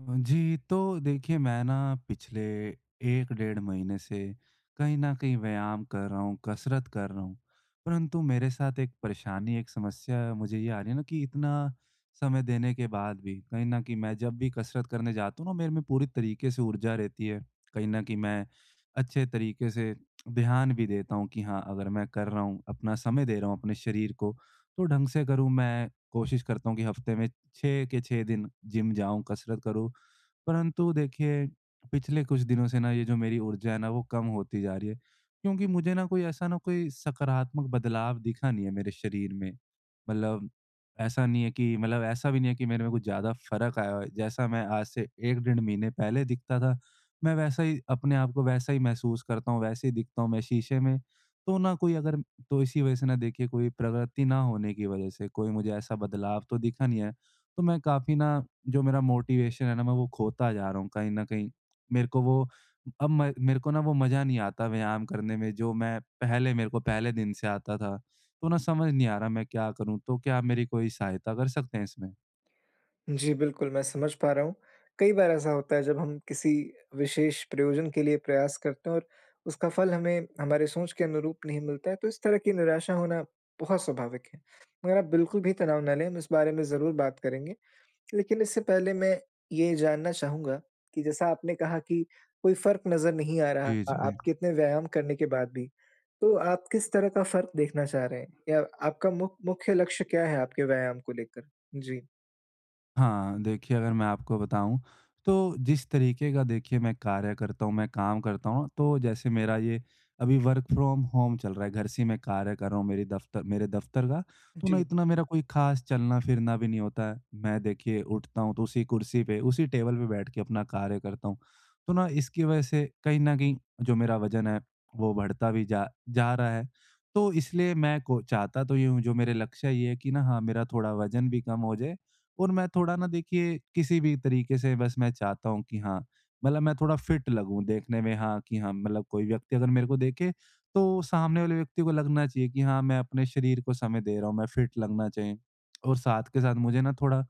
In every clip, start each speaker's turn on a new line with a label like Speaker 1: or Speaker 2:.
Speaker 1: जी, तो देखिए मैं ना पिछले 1 डेढ़ महीने से कहीं न कहीं व्यायाम कर रहा हूँ, कसरत कर रहा हूँ। परंतु मेरे साथ एक परेशानी, एक समस्या मुझे ये आ रही है ना कि इतना समय देने के बाद भी कहीं न कहीं मैं जब भी कसरत करने जाता हूँ ना मेरे में पूरी तरीके से ऊर्जा रहती है। कहीं न कहीं मैं अच्छे तरीके से ध्यान भी देता हूँ कि हाँ, अगर मैं कर रहा हूँ, अपना समय दे रहा हूँ अपने शरीर को, तो ढंग से करूँ। मैं कोशिश करता हूँ कि हफ्ते में छः के छः दिन जिम जाऊँ, कसरत करूँ। परंतु देखिए, पिछले कुछ दिनों से ना ये जो मेरी ऊर्जा है ना वो कम होती जा रही है, क्योंकि मुझे ना कोई ऐसा ना कोई सकारात्मक बदलाव दिखा नहीं है मेरे शरीर में। मतलब ऐसा नहीं है कि मतलब ऐसा भी नहीं है कि मेरे में कुछ ज़्यादा फ़र्क आया हो, जैसा मैं आज से 1 डेढ़ महीने पहले दिखता था, मैं वैसा ही अपने आप को वैसा ही महसूस करता हूँ, वैसे ही दिखता हूँ मैं शीशे में। तो ना कोई अगर तो इसी वजह से ना देखिए कोई प्रगति ना होने की वजह से कोई मुझे ऐसा बदलाव तो दिखा नहीं है, तो मैं काफ़ी ना जो मेरा मोटिवेशन है ना, मैं वो खोता जा रहा हूँ कहीं न कहीं। मेरे को वो मेरे को ना वो मज़ा नहीं आता व्यायाम करने में जो मैं पहले मेरे को पहले दिन से आता था। तो ना समझ नहीं आ रहा मैं क्या करूँ? तो क्या आप मेरी कोई सहायता कर सकते हैं इसमें?
Speaker 2: जी, बिल्कुल, मैं समझ पा रहा हूँ। कई बार ऐसा होता है जब हम किसी विशेष प्रयोजन के लिए प्रयास करते हैं और उसका फल हमें हमारे सोच के अनुरूप नहीं मिलता है, तो इस तरह की निराशा होना बहुत स्वाभाविक है। मगर आप बिल्कुल भी तनाव ना लें, हम इस बारे में ज़रूर बात करेंगे। लेकिन इससे पहले मैं ये जानना चाहूँगा कि जैसा आपने कहा कि कोई फ़र्क नज़र नहीं आ रहा
Speaker 1: जी, जी।
Speaker 2: आपके इतने व्यायाम करने के बाद भी, तो आप किस तरह का फ़र्क देखना चाह रहे हैं? या आपका मुख्य लक्ष्य क्या है आपके व्यायाम को लेकर? जी।
Speaker 1: हाँ, देखिए अगर मैं आपको बताऊँ, तो जिस तरीके का देखिए मैं कार्य करता हूँ, मैं काम करता हूँ, तो जैसे मेरा ये अभी वर्क फ्रॉम होम चल रहा है, घर से ही मैं कार्य कर रहा हूँ मेरी दफ़्तर मेरे दफ़्तर का, तो ना
Speaker 2: जी,
Speaker 1: इतना मेरा कोई ख़ास चलना-फिरना भी नहीं होता है। मैं देखिए उठता हूँ तो उसी कुर्सी पे, उसी टेबल पे बैठ के अपना कार्य करता हूँ। तो ना इसकी वज़ह से कहीं न कहीं जो मेरा वज़न है, वो बढ़ता भी जा जा रहा है। तो इसलिए मैं को चाहता तो ये हूँ, जो मेरे लक्ष्य ये है कि ना हाँ, मेरा थोड़ा वज़न भी कम हो जाए और मैं थोड़ा ना देखिए किसी भी तरीके से बस मैं चाहता हूँ कि हाँ मतलब मैं थोड़ा फिट लगूं देखने में हाँ कि हाँ मतलब कोई व्यक्ति अगर मेरे को देखे तो सामने वाले व्यक्ति को लगना चाहिए कि हाँ मैं अपने शरीर को समय दे रहा हूँ मैं फिट लगना चाहिए और साथ के साथ मुझे ना थोड़ा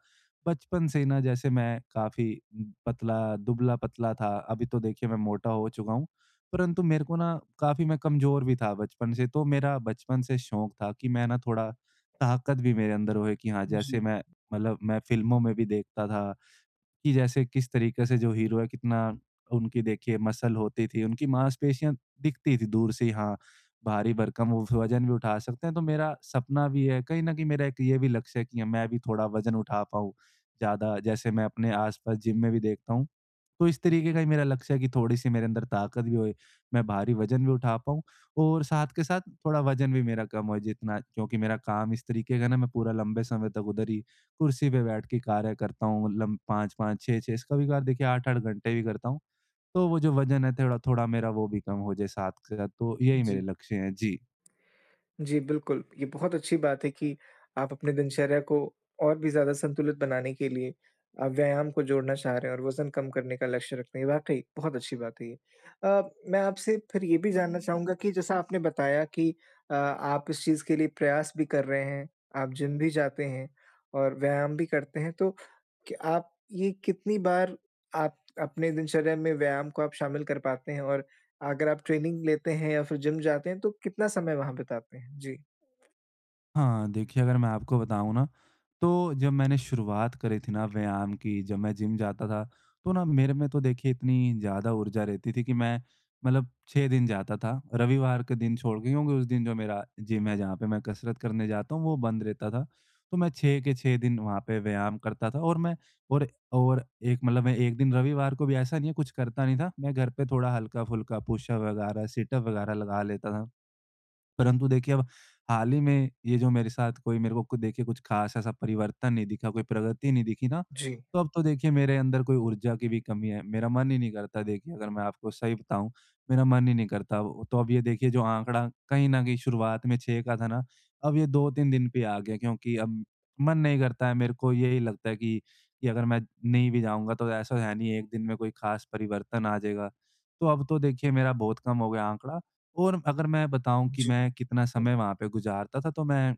Speaker 1: बचपन से ही ना जैसे मैं काफी पतला दुबला पतला था अभी तो देखिए मैं मोटा हो चुका हूँ परंतु मेरे को ना काफी मैं कमजोर भी था बचपन से तो मेरा बचपन से शौक था कि मैं ना थोड़ा ताकत भी मेरे अंदर होए कि हाँ
Speaker 2: जी।
Speaker 1: जैसे मैं मतलब मैं फ़िल्मों में भी देखता था कि जैसे किस तरीके से जो हीरो है कितना उनकी देखिए मसल होती थी, उनकी मांसपेशियाँ दिखती थी दूर से ही हाँ, भारी भरकम वो वज़न भी उठा सकते हैं। तो मेरा सपना भी है कहीं न कहीं मेरा एक ये भी लक्ष्य है कि मैं भी थोड़ा वज़न उठा पाऊँ ज़्यादा। जैसे मैं अपने आस-पास जिम में भी देखता हूँ तो इस तरीके का ही मेरा लक्ष्य है कि थोड़ी-सी मेरे अंदर ताकत भी होए, मैं भारी वज़न भी उठा पाऊँ और साथ के साथ थोड़ा वज़न भी मेरा कम होए जितना क्योंकि मेरा काम इस तरीके का है ना मैं पूरा लंबे समय तक उधर ही कुर्सी पे बैठ के कार्य करता हूँ लम 5-5, 6-6 इसका भी कार्य देखिए 8-8 घंटे भी करता हूँ। तो वो जो वज़न है थोड़ा-थोड़ा मेरा वो भी कम हो जाए साथ के साथ, तो यही मेरे
Speaker 2: जी।
Speaker 1: लक्ष्य हैं। जी।
Speaker 2: जी, बिल्कुल। ये बहुत अच्छी बात है कि आप अपने दिनचर्या को और भी ज़्यादा संतुलित बनाने के लिए व्यायाम को जोड़ना चाह रहे हैं और वज़न कम करने का लक्ष्य रखते हैं। वाक़ई बहुत अच्छी बात है ये। मैं आपसे फिर ये भी जानना चाहूँगा कि जैसा आपने बताया कि आप इस चीज़ के लिए प्रयास भी कर रहे हैं, आप जिम भी जाते हैं और व्यायाम भी करते हैं, तो क्या आप ये कितनी बार आप अपने दिनचर्या में व्यायाम को आप शामिल कर पाते हैं और अगर आप ट्रेनिंग लेते हैं या फिर जिम जाते हैं तो कितना समय वहाँ बिताते हैं? जी,
Speaker 1: हाँ, देखिए अगर मैं आपको बताऊँ ना, तो जब मैंने शुरुआत करी थी ना व्यायाम की, जब मैं जिम जाता था, तो ना मेरे में तो देखिए इतनी ज़्यादा ऊर्जा रहती थी कि मैं मतलब 6 दिन जाता था। रविवार के दिन छोड़ के क्योंकि उस दिन जो मेरा जिम है जहाँ पे मैं कसरत करने जाता हूँ, वो बंद रहता था। तो मैं 6 के 6 दिन वहाँ पे व्यायाम करता था और मैं और और एक मतलब मैं 1 दिन रविवार को भी ऐसा नहीं है कुछ करता नहीं था। मैं घर पे थोड़ा हल्का-फुल्का पुशअप वगैरह, सिटअप वगैरह लगा लेता था। परंतु देखिए अब हाल ही में ये जो मेरे साथ कोई मेरे को कुछ देखिए कुछ खास ऐसा परिवर्तन नहीं दिखा, कोई प्रगति नहीं दिखी ना,
Speaker 2: जी,
Speaker 1: तो अब तो देखिए मेरे अंदर कोई ऊर्जा की भी कमी है। मेरा मन ही नहीं करता देखिए अगर मैं आपको सही बताऊँ, मेरा मन ही नहीं करता। वो तो अब ये देखिए जो आंकड़ा कहीं न कहीं शुरुआत में 6 का था ना, अब ये 2-3 दिन पे आ गया क्योंकि अब मन नहीं करता है। मेरे को यही लगता है कि अगर मैं नहीं भी जाऊँगा तो ऐसा है नहीं 1 दिन में कोई खास परिवर्तन आ जाएगा। तो अब तो देखिए मेरा बहुत कम हो गया आंकड़ा। और अगर मैं बताऊँ कि
Speaker 2: जी।
Speaker 1: मैं कितना समय वहाँ पे गुज़ारता था, तो मैं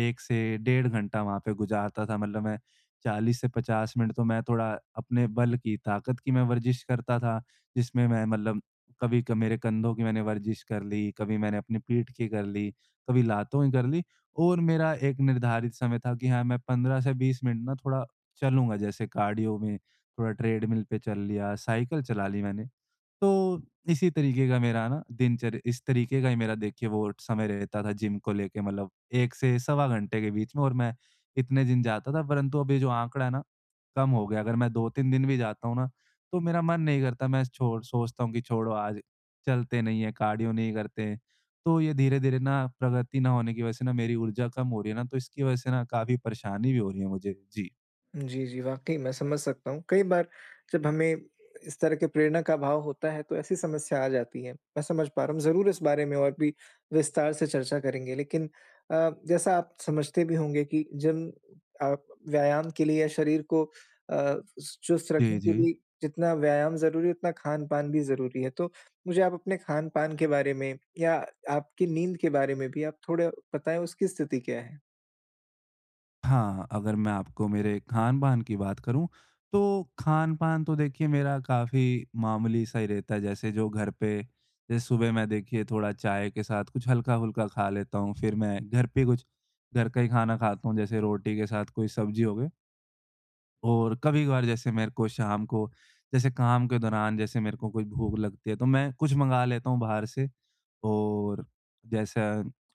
Speaker 1: 1 से डेढ़ घंटा वहाँ पे गुज़ारता था। मतलब मैं 40 से 50 मिनट तो मैं थोड़ा अपने बल की, ताकत की मैं वर्जिश करता था, जिसमें मैं मतलब कभी क मेरे कंधों की मैंने वर्जिश कर ली, कभी मैंने अपनी पीठ की कर ली, कभी लातों की कर ली और मेरा एक निर्धारित समय था कि हाँ, मैं 15 से 20 मिनट ना थोड़ा चलूँगा। जैसे कार्डियो में थोड़ा ट्रेडमिल पे चल लिया, साइकिल चला ली मैंने। तो इसी तरीके का मेरा ना दिनचर्या इस तरीके का ही मेरा देखिए वो समय रहता था जिम को लेके मतलब 1 से सवा घंटे के बीच में और मैं इतने दिन जाता था, परंतु अब ये जो आंकड़ा है ना, कम हो गया। अगर मैं 2-3 दिन भी जाता हूँ ना, तो मेरा मन नहीं करता, मैं छोड़ सोचता हूँ कि छोड़ो आज चलते नहीं है, कार्डियो नहीं करते। तो ये धीरे-धीरे ना प्रगति ना होने की वजह से ना मेरी ऊर्जा कम हो रही है ना, तो इसकी वजह से ना काफ़ी परेशानी भी हो रही है मुझे। जी।
Speaker 2: जी, जी, वाक़ई मैं समझ सकता हूँ। कई बार जब हमें इस तरह के प्रेरणा का अभाव होता है, तो ऐसी समस्या आ जाती है। मैं समझ पा रहा हूँ, ज़रूर इस बारे में और भी विस्तार से चर्चा करेंगे। लेकिन जैसा आप समझते भी होंगे कि जिम आप व्यायाम के लिए या शरीर को अ, चुस्त
Speaker 1: जी,
Speaker 2: रखने के
Speaker 1: जी।
Speaker 2: लिए जितना व्यायाम ज़रूरी है, उतना खान-पान भी ज़रूरी है। तो मुझे आप अपने खान-पान के बारे में या आपकी नींद के बारे में भी आप थोड़ा बताएँ, उसकी स्थिति क्या है?
Speaker 1: हाँ, अगर मैं आपको मेरे खान-पान की बात करूँ, तो खान-पान तो देखिए मेरा काफ़ी मामूली सा ही रहता है। जैसे जो घर पे जैसे सुबह मैं देखिए थोड़ा चाय के साथ कुछ हल्का-फुल्का खा लेता हूँ। फिर मैं घर पे कुछ घर का ही खाना खाता हूँ, जैसे रोटी के साथ कोई सब्ज़ी हो गई और कभी-कभार जैसे मेरे को शाम को जैसे काम के दौरान जैसे मेरे को कोई भूख लगती है, तो मैं कुछ मँगा लेता हूँ बाहर से। और जैसे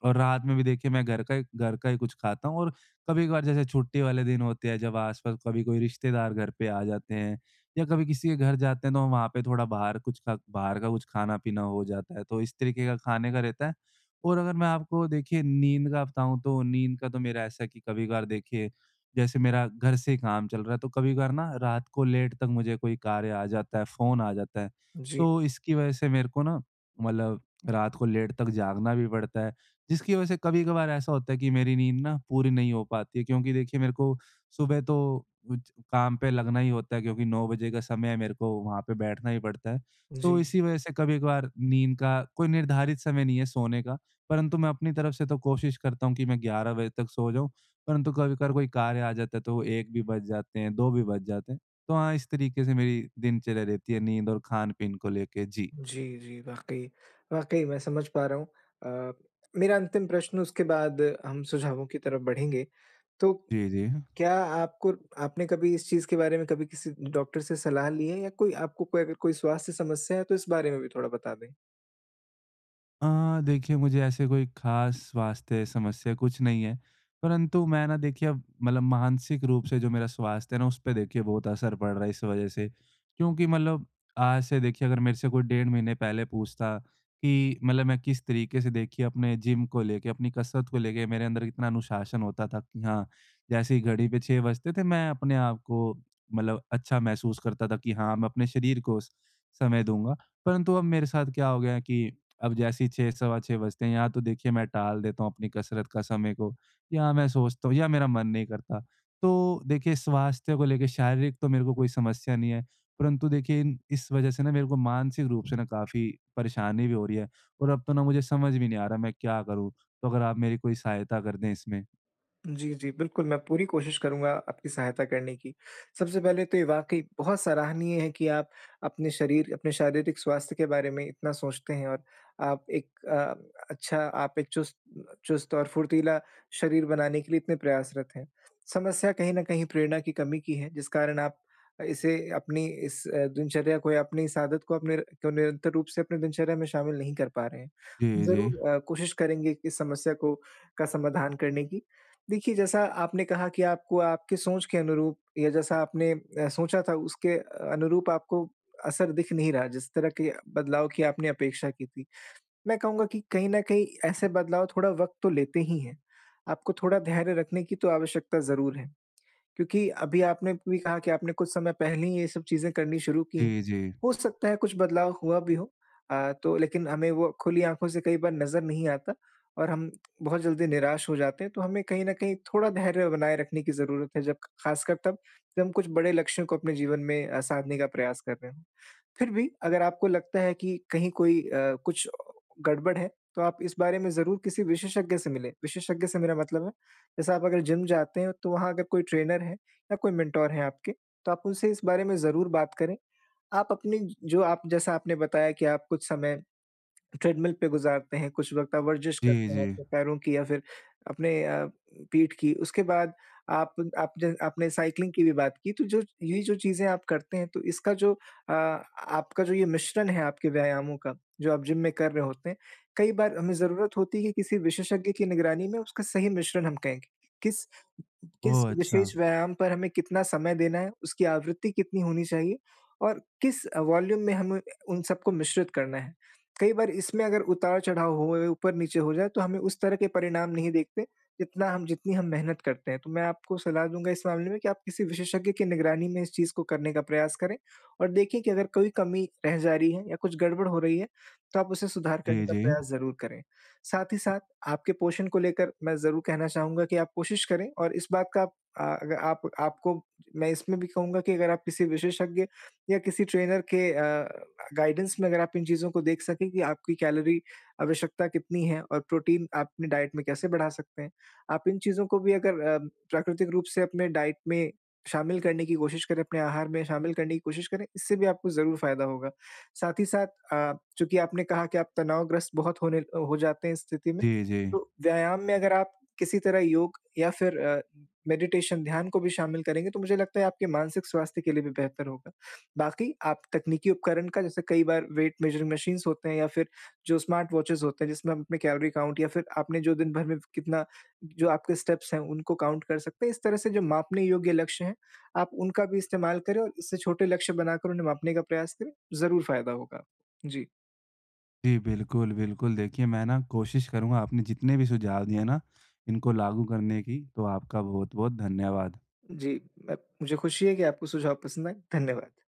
Speaker 1: और रात में भी देखिए मैं घर का ही कुछ खाता हूँ और कभी-कभार जैसे छुट्टी वाले दिन होते हैं, जब आस-पास कभी कोई रिश्तेदार घर पे आ जाते हैं या कभी किसी के घर जाते हैं, तो वहाँ पे थोड़ा बाहर का कुछ खाना-पीना हो जाता है, तो इस तरीके का खाने का रहता है। और अगर मैं आपको देखिए नींद का बताऊँ, तो नींद का तो मेरा ऐसा है कि कभी-कभार देखिए, जैसे मेरा घर से ही काम चल रहा है, तो कभी-कभार ना रात को लेट तक मुझे कोई कार्य आ जाता है, फ़ोन आ जाता है,
Speaker 2: जी,
Speaker 1: तो इसकी वजह से मेरे को ना मतलब रात को लेट तक जागना भी पड़ता है, जिसकी वजह से कभी-कभार ऐसा होता है कि मेरी नींद ना पूरी नहीं हो पाती है क्योंकि देखिए मेरे को सुबह तो कुछ काम पे लगना ही होता है क्योंकि 9 बजे का समय है मेरे को वहाँ पे बैठना ही पड़ता है।
Speaker 2: जी।
Speaker 1: तो इसी वजह से कभी-कभार नींद का कोई निर्धारित समय नहीं है सोने का, परंतु मैं अपनी तरफ से तो कोशिश करता हूँ कि मैं 11 बजे तक सो जाऊँ, परंतु कभी-कभार कोई कार्य आ जाता है तो 1 भी बज जाते हैं, 2 भी बज जाते हैं। तो हाँ, इस तरीके से मेरी दिनचर्या रहती है नींद और खान-पीन को लेके। जी।
Speaker 2: जी, जी, वाक़ई। वाक़ई मैं समझ पा रहा हूँ। अ, मेरा अंतिम प्रश्न उसके बाद हम सुझावों की तरफ बढ़ेंगे। तो
Speaker 1: जी, जी।
Speaker 2: क्या आपको आपने कभी इस चीज़ के बारे में कभी किसी डॉक्टर से सलाह ली है या कोई आपको कोई अगर कोई स्वास्थ्य समस्या है तो इस बारे में भी थोड़ा बता दें?
Speaker 1: देखिए मुझे ऐसे कोई ख़ास स्वास्थ्य समस्या कुछ नहीं है, परंतु मैं ना देखिए अब मतलब मानसिक रूप से जो मेरा स्वास्थ्य है ना, उस पे देखिए बहुत असर पड़ रहा है इस वज़ह से। क्योंकि मतलब आज से देखिए अगर मेरे से कोई डेढ़ महीने पहले पूछता कि मतलब मैं किस तरीके से देखिए अपने जिम को लेके, अपनी कसरत को लेके मेरे अंदर कितना अनुशासन होता था कि हाँ, जैसे ही घड़ी पे 6 बजते थे मैं अपने आप को मतलब अच्छा महसूस करता था कि हाँ, मैं अपने शरीर को स समय दूँगा। परंतु अब मेरे साथ क्या हो गया है कि अब जैसे ही 6 सवा 6 बजते हैं, या तो देखिए मैं टाल देता हूँ अपनी कसरत का समय को, या मैं सोचता हूँ या मेरा मन नहीं करता। तो देखिए स्वास्थ्य को लेके शारीरिक तो मेरे को कोई समस्या नहीं है, परंतु देखिए इन इस वजह से ना मेरे को मानसिक रूप से ना काफ़ी परेशानी भी हो रही है और अब तो ना मुझे समझ भी नहीं आ रहा मैं क्या करूँ? तो अगर आप मेरी कोई सहायता कर दें इसमें।
Speaker 2: जी, जी। बिल्कुल, मैं पूरी कोशिश करूँगा आपकी सहायता करने की। सबसे पहले तो ये वाक़ई बहुत सराहनीय है कि आप अपने शारीरिक स्वास्थ्य के बारे में इतना सोचते हैं और आप एक अच्छा आप एक चुस्त चुस्त और फुर्तीला शरीर बनाने के लिए इतने प्रयासरत हैं। समस्या कहीं न कहीं प्रेरणा की कमी की है, जिस कारण आप इसे अपनी इस दिनचर्या को या अपनी इस आदत को अपने को निरंतर रूप से अपनी दिनचर्या में शामिल नहीं कर पा रहे हैं।
Speaker 1: जी, जी।
Speaker 2: ज़रूर कोशिश करेंगे कि इस समस्या को का समाधान करने की। देखिए, जैसा आपने कहा कि आपको आपकी सोच के अनुरूप या जैसा आपने सोचा था उसके अनुरूप आपको असर दिख नहीं रहा, जिस तरह के बदलाव की आपने अपेक्षा की थी। मैं कहूँगा कि कहीं न कहीं ऐसे बदलाव थोड़ा वक़्त तो लेते ही हैं। आपको थोड़ा धैर्य रखने की तो आवश्यकता ज़रूर है। क्योंकि अभी आपने भी कहा कि आपने कुछ समय पहले ही ये सब चीज़ें करनी शुरू की हैं।
Speaker 1: जी, जी।
Speaker 2: हो सकता है कुछ बदलाव हुआ भी हो, तो लेकिन हमें वो खुली आँखों से कई बार नज़र नहीं आता और हम बहुत जल्दी निराश हो जाते हैं। तो हमें कहीं न कहीं थोड़ा धैर्य बनाए रखने की ज़रूरत है, जब ख़ासकर तब जब हम कुछ बड़े लक्ष्यों को अपने जीवन में साधने का प्रयास कर रहे हों। फिर भी अगर आपको लगता है कि कहीं कोई कुछ गड़बड़ है, तो आप इस बारे में ज़रूर किसी विशेषज्ञ से मिलें। विशेषज्ञ से मेरा मतलब है, जैसे आप अगर जिम जाते हैं, तो वहाँ अगर कोई ट्रेनर है या कोई मेंटर हैं आपके, तो आप उनसे इस बारे में ज़रूर बात करें। आप अपनी जो आप जैसा आपने बताया कि आप कुछ समय ट्रेडमिल पे गुज़ारते हैं, कुछ वक़्त आप वर्जिश
Speaker 1: जी,
Speaker 2: करते हैं
Speaker 1: जी।
Speaker 2: अपने पैरों की या फिर अपने पीठ की। उसके बाद आप आपने आपने साइक्लिंग की भी बात की, तो जो ये जो चीज़ें आप करते हैं, तो इसका जो आपका जो ये मिश्रण है आपके व्यायामों का, जो आप जिम में कर रहे होते हैं, कई बार हमें ज़रूरत होती है कि किसी विशेषज्ञ की निगरानी में उसका सही मिश्रण हम कहें कि किस किस
Speaker 1: ओह! अच्छा।
Speaker 2: विशेष व्यायाम पर हमें कितना समय देना है, उसकी आवृत्ति कितनी होनी चाहिए और किस वॉल्यूम में हमें उन सबको मिश्रित करना है। कई बार इसमें अगर उतार-चढ़ाव होए, ऊपर-नीचे हो जाए, तो हमें उस तरह के परिणाम नहीं देखते, जितना हम जितनी हम मेहनत करते हैं। तो मैं आपको सलाह दूँगा इस मामले में कि आप किसी विशेषज्ञ की निगरानी में इस चीज़ को करने का प्रयास करें और देखें कि अगर कोई कमी रह जा रही है या कुछ गड़बड़ हो रही है, तो आप उसे सुधार करने
Speaker 1: जी,
Speaker 2: का
Speaker 1: जी।
Speaker 2: प्रयास ज़रूर करें। साथ ही साथ आपके पोषण को लेकर मैं ज़रूर कहना चाहूँगा कि आप कोशिश करें और इस बात का आप अगर आप आपको मैं इसमें भी कहूँगा कि अगर आप किसी विशेषज्ञ या किसी ट्रेनर के गाइडेंस में अगर आप इन चीज़ों को देख सकें कि आपकी कैलोरी आवश्यकता कितनी है और प्रोटीन आप अपनी डाइट में कैसे बढ़ा सकते हैं। आप इन चीज़ों को भी अगर प्राकृतिक रूप से अपने डाइट में शामिल करने की कोशिश करें, अपने आहार में शामिल करने की कोशिश करें, इससे भी आपको ज़रूर फ़ायदा होगा। साथ ही साथ चूँकि आपने कहा कि आप तनावग्रस्त बहुत होने हो जाते हैं इस स्थिति में,
Speaker 1: जी, जी।
Speaker 2: तो व्यायाम में अगर आप किसी तरह योग या फिर मेडिटेशन ध्यान को भी शामिल करेंगे, तो मुझे लगता है आपके मानसिक स्वास्थ्य के लिए भी बेहतर होगा। बाकी आप तकनीकी उपकरण का जैसे कई बार वेट मेजरिंग मशीन्स होते हैं या फिर जो स्मार्ट वॉचेज़ होते हैं जिसमें हम अपने कैलोरी काउंट या फिर आपने जो दिन भर में कितना जो आपके स्टेप्स हैं उनको काउंट कर सकते हैं। इस तरह से जो मापने योग्य लक्ष्य हैं, आप उनका भी इस्तेमाल करें और इससे छोटे लक्ष्य बनाकर उन्हें मापने का प्रयास करें, ज़रूर फ़ायदा होगा आपको। जी,
Speaker 1: जी, बिल्कुल, बिल्कुल। देखिए, मैं ना कोशिश करूँगा आपने जितने भी सुझाव दिए ना, इनको लागू करने की। तो आपका बहुत-बहुत धन्यवाद।
Speaker 2: जी, मैं मुझे खुशी है कि आपको सुझाव पसंद आए। धन्यवाद।